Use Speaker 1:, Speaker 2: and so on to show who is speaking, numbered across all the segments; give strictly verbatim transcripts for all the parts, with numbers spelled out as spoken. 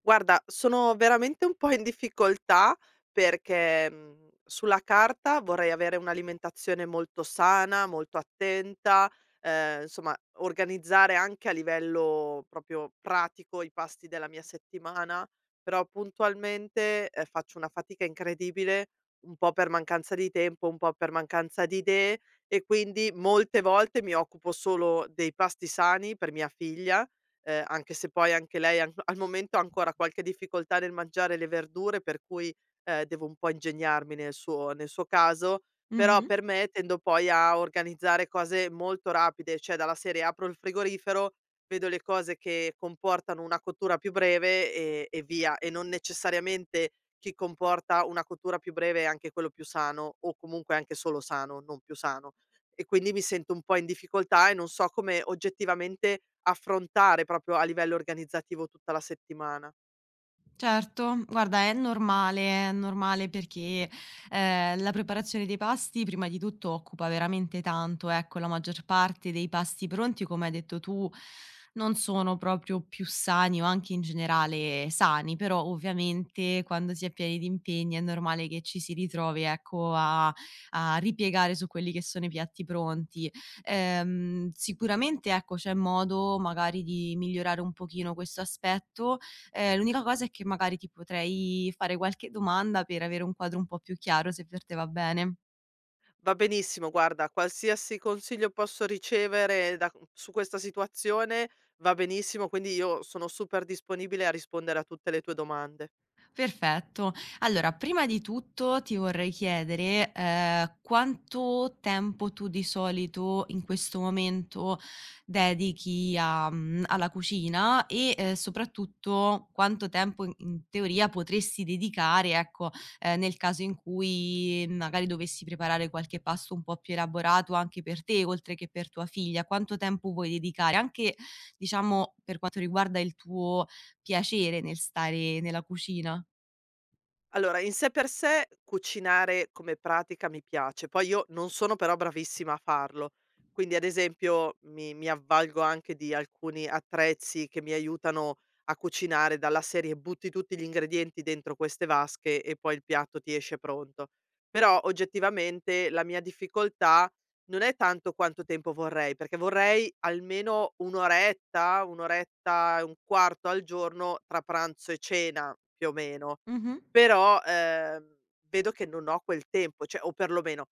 Speaker 1: Guarda, sono veramente un po' in difficoltà perché, mhmm, sulla carta vorrei avere un'alimentazione molto sana, molto attenta, ehm, insomma organizzare anche a livello proprio pratico i pasti della mia settimana, però puntualmente, ehm, faccio una fatica incredibile, un po' per mancanza di tempo, un po' per mancanza di idee e quindi molte volte mi occupo solo dei pasti sani per mia figlia. Ehm, anche se poi anche lei an al momento ha ancora qualche difficoltà nel mangiare le verdure, per cui, ehm, devo un po' ingegnarmi nel suo nel suo caso, però
Speaker 2: Mh-mh.
Speaker 1: per me tendo poi a organizzare cose molto rapide, cioè dalla serie: apro il frigorifero, vedo le cose che comportano una cottura più breve e e via, e non necessariamente chi comporta una cottura più breve è anche quello più sano o comunque anche solo sano, non più sano, e quindi mi sento un po' in difficoltà e non so come oggettivamente affrontare proprio a livello organizzativo tutta la settimana.
Speaker 2: Certo, guarda è normale, è normale perché, ehm, la preparazione dei pasti prima di tutto occupa veramente tanto, ecco, la maggior parte dei pasti pronti, come hai detto tu, non sono proprio più sani o anche in generale sani, però ovviamente quando si è pieni di impegni è normale che ci si ritrovi, ecco, a a ripiegare su quelli che sono i piatti pronti. Ehm, sicuramente, ecco, c'è modo magari di migliorare un pochino questo aspetto. Ehm, l'unica cosa è che magari ti potrei fare qualche domanda per avere un quadro un po' più chiaro, se per te va bene.
Speaker 1: Va benissimo, guarda, qualsiasi consiglio posso ricevere da- su questa situazione va benissimo, quindi io sono super disponibile a rispondere a tutte le tue domande.
Speaker 2: Perfetto. Allora, prima di tutto ti vorrei chiedere, ehm, quanto tempo tu di solito in questo momento dedichi a mhmm, alla cucina e, ehm, soprattutto quanto tempo in in teoria potresti dedicare, ecco, ehm, nel caso in cui magari dovessi preparare qualche pasto un po' più elaborato anche per te, oltre che per tua figlia, quanto tempo vuoi dedicare? Anche, diciamo, per quanto riguarda il tuo piacere nel stare nella cucina.
Speaker 1: Allora, in sé per sé cucinare come pratica mi piace, poi io non sono però bravissima a farlo. Quindi ad esempio mi mi avvalgo anche di alcuni attrezzi che mi aiutano a cucinare, dalla serie butti tutti gli ingredienti dentro queste vasche e poi il piatto ti esce pronto. Però oggettivamente la mia difficoltà non è tanto quanto tempo vorrei, perché vorrei almeno un' oretta, un' oretta e un quarto al giorno tra pranzo e cena, più o meno.
Speaker 2: Mh-mh.
Speaker 1: Però, ehm, vedo che non ho quel tempo, cioè o perlomeno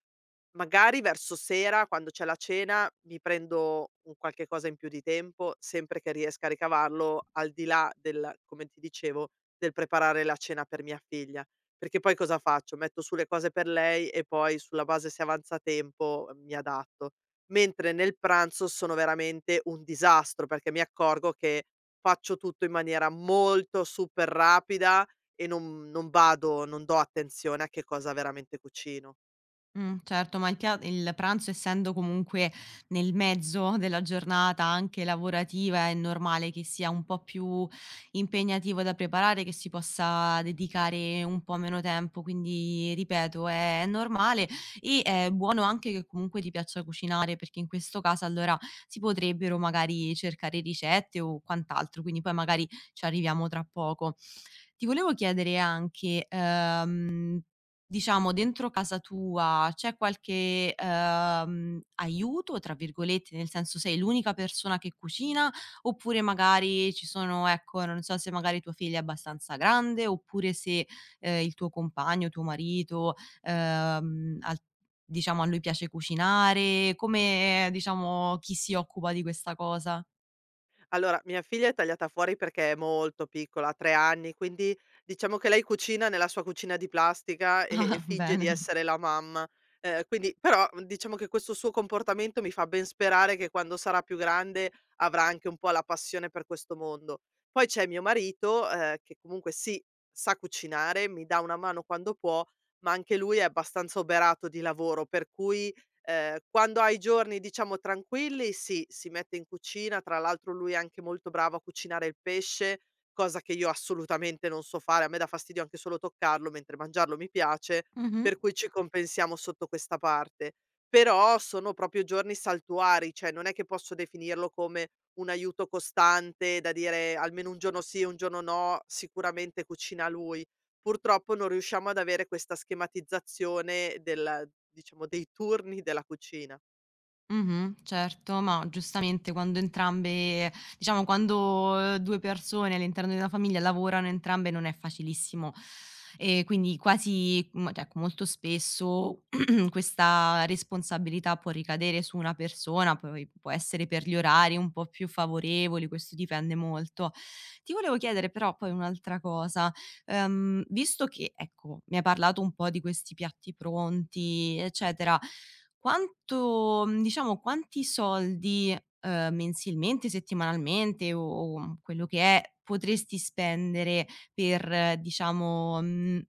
Speaker 1: magari verso sera, quando c'è la cena, mi prendo un qualche cosa in più di tempo, sempre che riesca a ricavarlo, al di là del, come ti dicevo, del preparare la cena per mia figlia. Perché poi cosa faccio? Metto su le cose per lei e poi sulla base se avanza tempo, eh, mi adatto. Mentre nel pranzo sono veramente un disastro, perché mi accorgo che faccio tutto in maniera molto super rapida e non non vado non do attenzione a che cosa veramente cucino.
Speaker 2: Mh, certo, ma il pia il pranzo essendo comunque nel mezzo della giornata anche lavorativa, è normale che sia un po' più impegnativo da preparare, che si possa dedicare un po' meno tempo, quindi ripeto è normale e è buono anche che comunque ti piaccia cucinare, perché in questo caso allora si potrebbero magari cercare ricette o quant'altro, quindi poi magari ci arriviamo tra poco. Ti volevo chiedere anche, ehm diciamo dentro casa tua c'è qualche, ehm, "aiuto" tra virgolette, nel senso sei l'unica persona che cucina, oppure magari ci sono ecco, non so se magari tua figlia è abbastanza grande, oppure se, ehm, il tuo compagno, tuo marito, ehm, al diciamo a lui piace cucinare, come diciamo chi si occupa di questa cosa?
Speaker 1: Allora, mia figlia è tagliata fuori perché è molto piccola, ha tre anni, quindi diciamo che lei cucina nella sua cucina di plastica e e
Speaker 2: Ah,
Speaker 1: finge di
Speaker 2: bene.
Speaker 1: essere la mamma. Ehm, quindi però mhmm, diciamo che questo suo comportamento mi fa ben sperare che quando sarà più grande avrà anche un po' la passione per questo mondo. Poi c'è mio marito, ehm, che comunque sì, sa cucinare, mi dà una mano quando può, ma anche lui è abbastanza oberato di lavoro, per cui, Ehm, quando ha i giorni diciamo tranquilli sì, si mette in cucina, tra l'altro lui è anche molto bravo a cucinare il pesce, cosa che io assolutamente non so fare, a me dà fastidio anche solo toccarlo, mentre mangiarlo mi piace,
Speaker 2: Mh-mh.
Speaker 1: per cui ci compensiamo sotto questa parte. Però sono proprio giorni saltuari, cioè non è che posso definirlo come un aiuto costante da dire almeno un giorno sì, un giorno no, sicuramente cucina lui. Purtroppo non riusciamo ad avere questa schematizzazione del, diciamo, dei turni della cucina.
Speaker 2: Mh-mh, certo, ma giustamente quando entrambe diciamo quando due persone all'interno di una famiglia lavorano entrambe non è facilissimo. E quindi quasi mhmm, cioè ecco molto spesso questa responsabilità può ricadere su una persona, poi può essere per gli orari un po' più favorevoli, questo dipende molto. Ti volevo chiedere però poi un'altra cosa. Ehm, visto che, ecco, mi hai parlato un po' di questi piatti pronti, eccetera, quanto mhmm, diciamo, quanti soldi, ehm, mensilmente, settimanalmente o o quello che è, potresti spendere per, eh, diciamo, mhmm,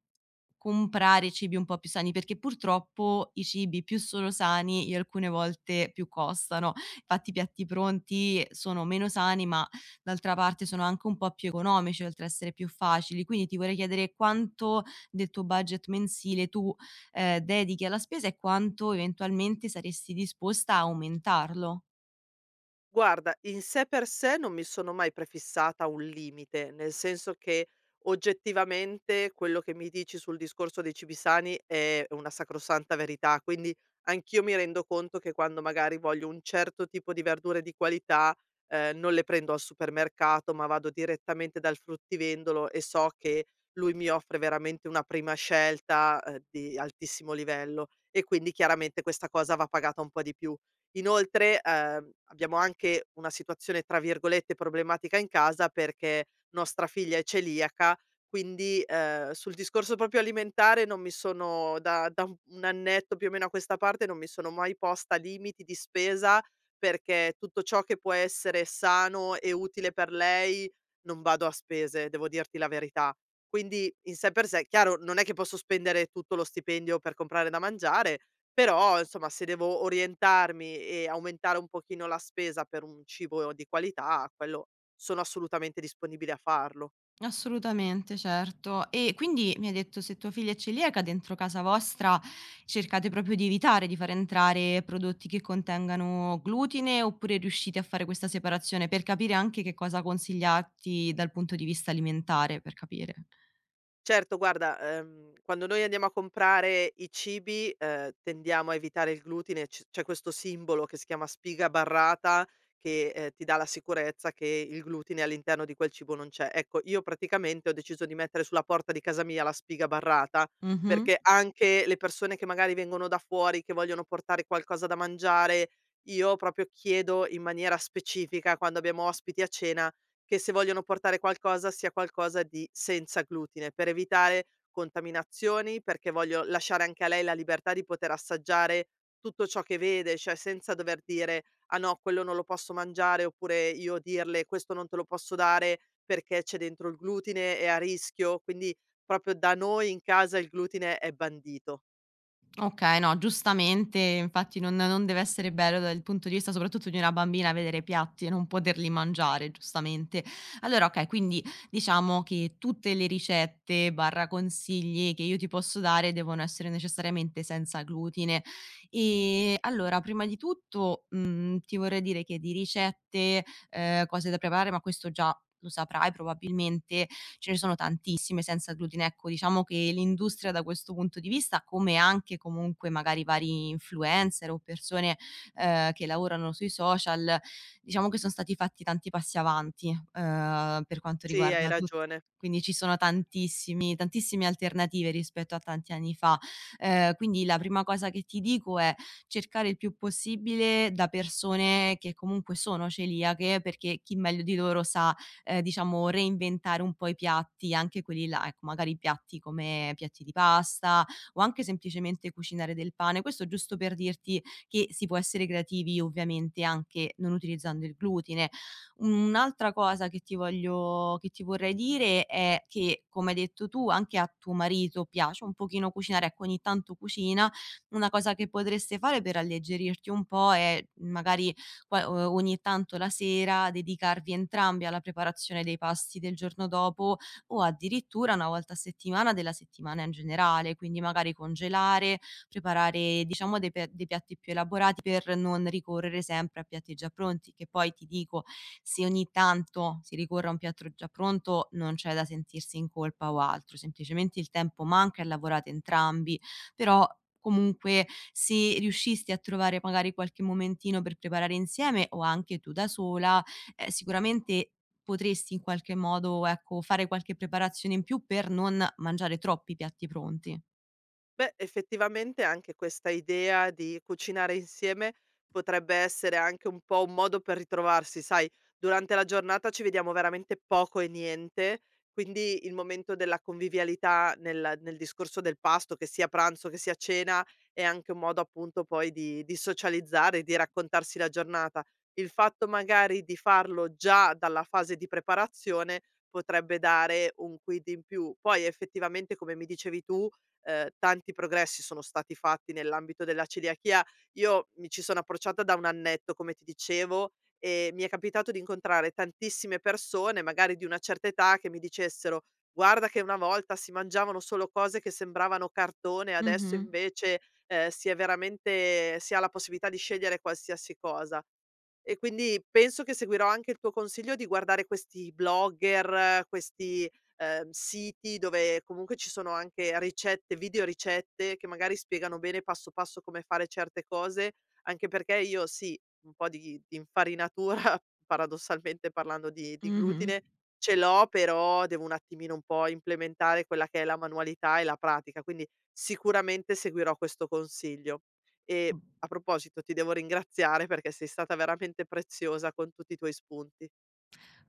Speaker 2: comprare cibi un po' più sani? Perché purtroppo i cibi più sono sani e alcune volte più costano. Infatti i piatti pronti sono meno sani, ma d'altra parte sono anche un po' più economici, oltre a essere più facili. Quindi ti vorrei chiedere quanto del tuo budget mensile tu, ehm, dedichi alla spesa e quanto eventualmente saresti disposta a aumentarlo.
Speaker 1: Guarda, in sé per sé non mi sono mai prefissata un limite, nel senso che oggettivamente quello che mi dici sul discorso dei cibi sani è una sacrosanta verità, quindi anch'io mi rendo conto che quando magari voglio un certo tipo di verdure di qualità, eh, non le prendo al supermercato, ma vado direttamente dal fruttivendolo e so che lui mi offre veramente una prima scelta, eh, di altissimo livello, e quindi chiaramente questa cosa va pagata un po' di più. Inoltre, ehm, abbiamo anche una situazione, tra virgolette, "problematica" in casa perché nostra figlia è celiaca, quindi, ehm, sul discorso proprio alimentare non mi sono da da un un annetto più o meno a questa parte, non mi sono mai posta limiti di spesa, perché tutto ciò che può essere sano e utile per lei, non vado a spese, devo dirti la verità. Quindi in sé per sé, chiaro, non è che posso spendere tutto lo stipendio per comprare da mangiare, però, insomma, se devo orientarmi e aumentare un pochino la spesa per un cibo di qualità, quello sono assolutamente disponibile a farlo.
Speaker 2: Assolutamente, certo. E quindi mi hai detto se tua figlia è celiaca, dentro casa vostra cercate proprio di evitare di far entrare prodotti che contengano glutine, oppure riuscite a fare questa separazione? Per capire anche che cosa consigliarti dal punto di vista alimentare, per capire.
Speaker 1: Certo, guarda, ehm, quando noi andiamo a comprare i cibi, ehm, tendiamo a evitare il glutine, c c'è questo simbolo che si chiama spiga barrata che, ehm, ti dà la sicurezza che il glutine all'interno di quel cibo non c'è. Ecco, io praticamente ho deciso di mettere sulla porta di casa mia la spiga barrata,
Speaker 2: Mh-mh.
Speaker 1: perché anche le persone che magari vengono da fuori, che vogliono portare qualcosa da mangiare, io proprio chiedo in maniera specifica, quando abbiamo ospiti a cena, che se vogliono portare qualcosa, sia qualcosa di senza glutine, per evitare contaminazioni, perché voglio lasciare anche a lei la libertà di poter assaggiare tutto ciò che vede, cioè senza dover dire: "Ah no, quello non lo posso mangiare", oppure io dirle: "Questo non te lo posso dare perché c'è dentro il glutine, è a rischio". Quindi proprio da noi in casa il glutine è bandito.
Speaker 2: Okay, no, giustamente infatti non non deve essere bello dal punto di vista soprattutto di una bambina vedere piatti e non poterli mangiare, giustamente. Allora okay, quindi diciamo che tutte le ricette/consigli che io ti posso dare devono essere necessariamente senza glutine. Ehm, allora prima di tutto, mhmm, ti vorrei dire che di ricette, ehm, cose da preparare, ma questo già lo saprai probabilmente, ce ne sono tantissime senza glutine. Ecco, diciamo che l'industria da questo punto di vista, come anche comunque magari vari influencer o persone, ehm, che lavorano sui social, diciamo che son stati fatti tanti passi avanti, ehm, per quanto
Speaker 1: Sì, hai
Speaker 2: riguarda tutti
Speaker 1: ragione.
Speaker 2: quindi ci sono tantissimi tantissime alternative rispetto a tanti anni fa. Ehm, quindi la prima cosa che ti dico è cercare il più possibile da persone che comunque sono celiache, perché chi meglio di loro sa ehm, diciamo reinventare un po' i piatti, anche quelli là, ecco, magari piatti come piatti di pasta o anche semplicemente cucinare del pane. Questo giusto per dirti che si può essere creativi ovviamente anche non utilizzando il glutine. Un'altra cosa che ti voglio che ti vorrei dire è che, come hai detto tu, anche a tuo marito piace un pochino cucinare, ecco ogni tanto cucina. Una cosa che potreste fare per alleggerirti un po' è magari qua uhm, ogni tanto la sera dedicarvi entrambi alla preparazione dei pasti del giorno dopo o addirittura una volta a settimana della settimana in generale, quindi magari congelare, preparare diciamo dei pe dei piatti più elaborati per non ricorrere sempre a piatti già pronti, che poi ti dico, se ogni tanto si ricorre a un piatto già pronto non c'è da sentirsi in colpa o altro, semplicemente il tempo manca e lavorate entrambi però comunque se riuscisti a trovare magari qualche momentino per preparare insieme o anche tu da sola, ehm, sicuramente potresti in qualche modo, ecco, fare qualche preparazione in più per non mangiare troppi piatti pronti.
Speaker 1: Beh, effettivamente anche questa idea di cucinare insieme potrebbe essere anche un po' un modo per ritrovarsi, sai, durante la giornata ci vediamo veramente poco e niente, quindi il momento della convivialità nel, nel discorso del pasto, che sia pranzo, che sia cena, è anche un modo appunto poi di, di socializzare, di raccontarsi la giornata. Il fatto magari di farlo già dalla fase di preparazione potrebbe dare un quid in più. Poi effettivamente, come mi dicevi tu, ehm, tanti progressi sono stati fatti nell'ambito della celiachia. Io mi ci sono approcciata da un annetto, come ti dicevo, e mi è capitato di incontrare tantissime persone, magari di una certa età, che mi dicessero: "Guarda che una volta si mangiavano solo cose che sembravano cartone, adesso
Speaker 2: Mh-mh.
Speaker 1: invece, ehm, si è veramente si ha la possibilità di scegliere qualsiasi cosa". E quindi penso che seguirò anche il tuo consiglio di guardare questi blogger, questi, ehm, siti dove comunque ci sono anche ricette, video ricette che magari spiegano bene passo passo come fare certe cose, anche perché io sì, un po' di di infarinatura, paradossalmente parlando di di
Speaker 2: Mh-mh.
Speaker 1: glutine, ce l'ho, però devo un attimino un po' implementare quella che è la manualità e la pratica, quindi sicuramente seguirò questo consiglio. E
Speaker 2: Mh.
Speaker 1: a proposito, ti devo ringraziare perché sei stata veramente preziosa con tutti i tuoi spunti.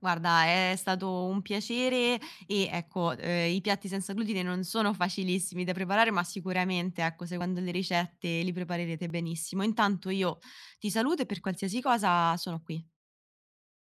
Speaker 2: Guarda, è stato un piacere e ecco, ehm, i piatti senza glutine non sono facilissimi da preparare, ma sicuramente, ecco, seguendo le ricette li preparerete benissimo. Intanto io ti saluto e per qualsiasi cosa sono qui.